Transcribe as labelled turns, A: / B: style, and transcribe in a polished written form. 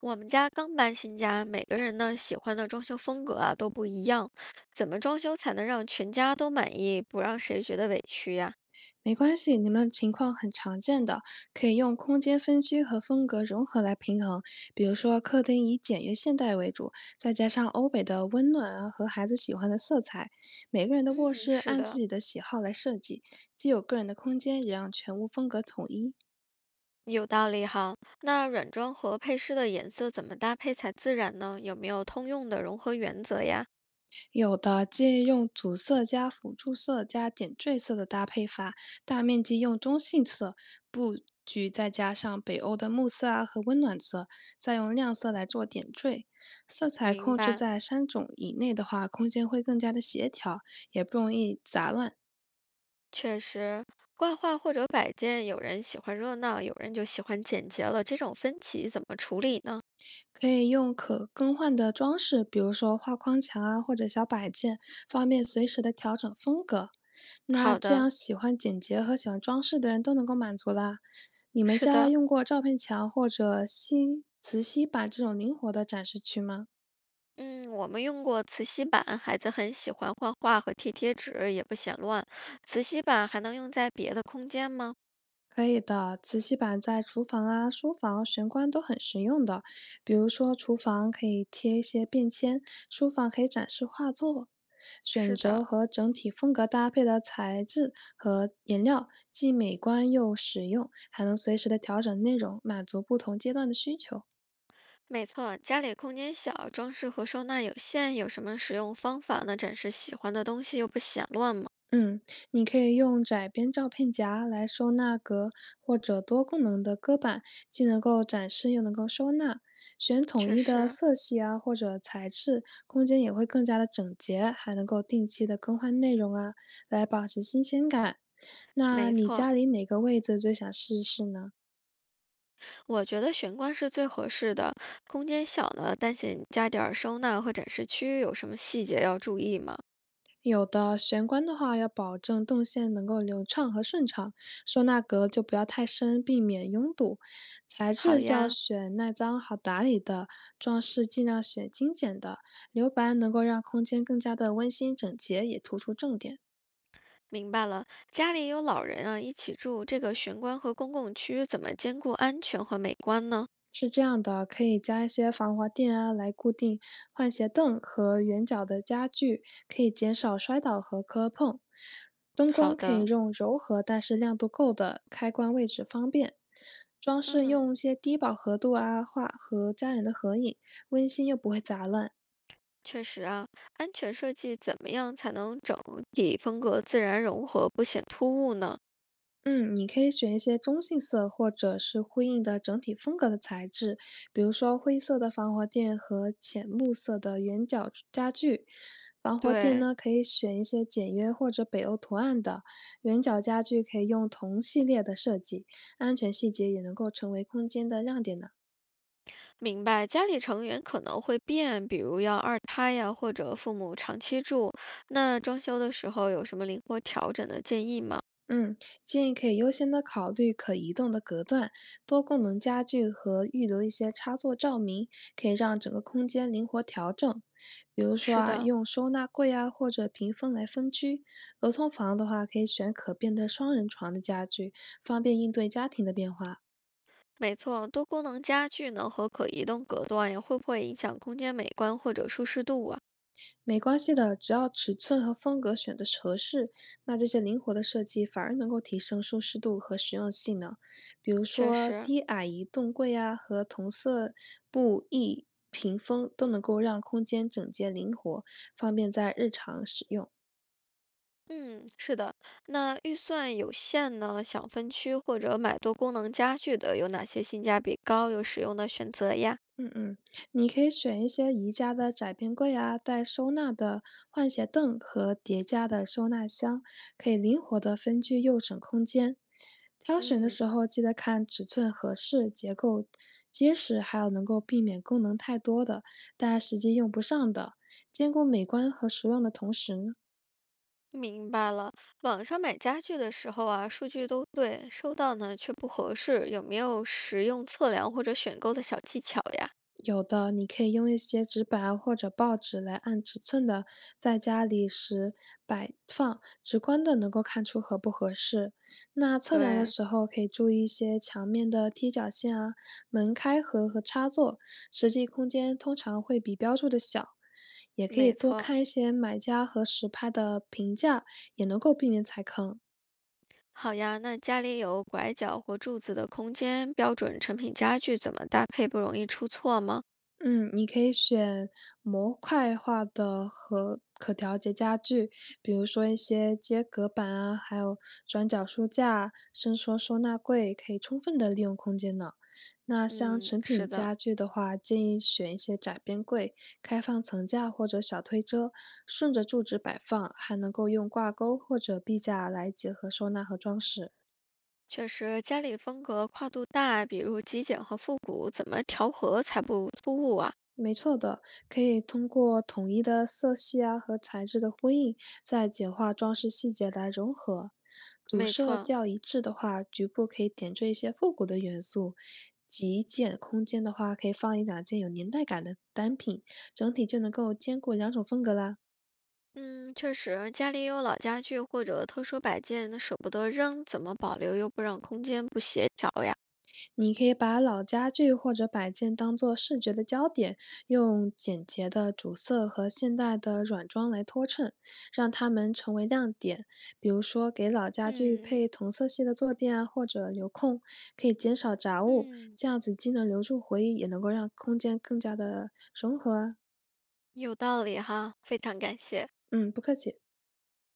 A: 我们家刚搬新家，每个人呢喜欢的装修风格啊都不一样，怎么装修才能让全家都满意，不让谁觉得委屈呀？
B: 没关系，你们的情况很常见的，可以用空间分区和风格融合来平衡。比如说，客厅以简约现代为主，再加上欧北的温暖啊和孩子喜欢的色彩。每个人的卧
A: 嗯，
B: 室
A: 是
B: 按自
A: 的，
B: 己的喜好来设计，既有个人的空间，也让全屋风格统一。
A: 有道理哈。那软装和配饰的颜色怎么搭配才自然呢？有没有通用的融合原则呀？
B: 有的建议用主色加辅助色加点缀色的搭配法，大面积用中性色布局，再加上北欧的木色啊和温暖色，再用亮色来做点缀。色彩
A: 明
B: 控制
A: 白。
B: 在三种以内的话，空间会更加的协调，也不容易杂乱。
A: 确实，挂画或者摆件，有人喜欢热闹，有人就喜欢简洁了，这种分歧怎么处理呢？
B: 可以用可更换的装饰，比如说画框墙啊或者小摆件，方便随时的调整风格。那
A: 好
B: 这
A: 的，
B: 样喜欢简洁和喜欢装饰的人都能够满足啦。你们
A: 是
B: 家
A: 的。
B: 用过照片墙或者吸磁吸板这种灵活的展示区吗？
A: 嗯，我们用过磁吸板，孩子很喜欢画画和贴纸，也不嫌乱。磁吸板还能用在别的空间吗？
B: 可以的，磁吸板在厨房啊、书房、玄关都很实用的。比如说，厨房可以贴一些便签，书房可以展示画作。选
A: 是
B: 择
A: 的，
B: 和整体风格搭配的材质和颜料，既美观又实用，还能随时的调整内容，满足不同阶段的需求。
A: 没错，家里空间小，装饰和收纳有限，有什么使用方法呢？展示喜欢的东西又不显乱吗？
B: 嗯，你可以用窄边照片夹来收纳格，或者多功能的搁板，既能够展示又能够收纳。选统
A: 确
B: 一的
A: 实，
B: 色系啊，或者材质，空间也会更加的整洁，还能够定期的更换内容啊，来保持新鲜感。那
A: 没
B: 你
A: 错，
B: 家里哪个位置最想试试呢？
A: 我觉得玄关是最合适的。空间小呢，但心加点儿收纳和展示区，有什么细节要注意吗？
B: 有的玄关的话，要保证动线能够流畅和顺畅，收纳格就不要太深，避免拥堵。材
A: 好
B: 质要
A: 呀。
B: 选耐脏、好打理的，装饰尽量选精简的，留白能够让空间更加的温馨整洁，也突出重点。
A: 明白了，家里有老人啊，一起住，这个玄关和公共区怎么兼顾安全和美观呢？
B: 是这样的，可以加一些防滑垫啊来固定换鞋凳和圆角的家具，可以减少摔倒和磕碰。灯光
A: 好
B: 可以
A: 的，
B: 用柔和但是亮度够的，开关位置方便。装饰
A: 嗯，
B: 用一些低饱和度啊画和家人的合影，温馨又不会杂乱。
A: 确实啊，安全设计怎么样才能整体风格自然融合，不显突兀呢？
B: 嗯，你可以选一些中性色或者是呼应的整体风格的材质，比如说灰色的防滑垫和浅木色的圆角家具。防滑垫
A: 对，
B: 呢，可以选一些简约或者北欧图案的，圆角家具可以用同系列的设计，安全细节也能够成为空间的亮点呢。
A: 明白。家里成员可能会变，比如要二胎呀，或者父母长期住，那装修的时候有什么灵活调整的建议吗？
B: 嗯，建议可以优先的考虑可移动的隔断、多功能家具和预留一些插座照明，可以让整个空间灵活调整。比如说
A: 是
B: 啊，
A: 的，
B: 用收纳柜啊或者屏风来分区。儿童房的话，可以选可变的双人床的家具，方便应对家庭的变化。
A: 没错，多功能家具呢和可移动隔断呀，会不会影响空间美观或者舒适度啊？
B: 没关系的，只要尺寸和风格选的合适，那这些灵活的设计反而能够提升舒适度和实用性呢。比如
A: 确
B: 说
A: 实，
B: 低矮移动柜啊，和同色布艺屏风都能够让空间整洁灵活，方便在日常使用。
A: 嗯，是的。那预算有限呢，想分区或者买多功能家具的，有哪些性价比高又实用的选择呀？
B: 嗯，你可以选一些宜家的窄边柜啊，带收纳的换鞋凳和叠加的收纳箱，可以灵活的分区又省空间。挑选的
A: 嗯，
B: 时候记得看尺寸合适、结构结实，还有能够避免功能太多的，但实际用不上的，兼顾美观和实用的同时，呢。
A: 明白了。网上买家具的时候啊，数据都对，收到呢却不合适，有没有实用测量或者选购的小技巧呀？
B: 有的，你可以用一些纸板啊或者报纸来按尺寸的在家里时摆放，直观的能够看出合不合适。那测量的
A: 对。
B: 时候可以注意一些墙面的踢脚线啊、门开合和插座，实际空间通常会比标注的小。也可以
A: 没
B: 多
A: 错。
B: 看一些买家和实拍的评价，也能够避免踩坑。
A: 好呀，那家里有拐角或柱子的空间，标准成品家具怎么搭配不容易出错吗？
B: 嗯，你可以选模块化的和可调节家具，比如说一些接隔板啊，还有转角书架、伸缩收纳柜，可以充分的利用空间呢。那像
A: 嗯，
B: 成
A: 是
B: 品
A: 的，
B: 家具的话，建议选一些窄边柜、开放层架或者小推车，顺着柱子摆放，还能够用挂钩或者壁架来结合收纳和装饰。
A: 确实家里风格跨度大，比如极简和复古，怎么调和才不突兀啊？
B: 没错的，可以通过统一的色系啊和材质的呼应，再简化装饰细节来融合。主
A: 没
B: 色
A: 错，
B: 调一致的话，局部可以点缀一些复古的元素；极简空间的话，可以放一两件有年代感的单品，整体就能够兼顾两种风格啦。
A: 嗯，确实家里有老家具或者特殊摆件，那舍不得扔，怎么保留又不让空间不协调呀？
B: 你可以把老家具或者摆件当做视觉的焦点，用简洁的主色和现代的软装来托衬，让它们成为亮点。比如说，给老家具
A: 嗯
B: 配同色系的坐垫啊，或者留空，可以减少杂物，
A: 嗯，
B: 这样子既能留住回忆，也能够让空间更加的融合啊。
A: 有道理哈，非常感谢。
B: 嗯，不客气。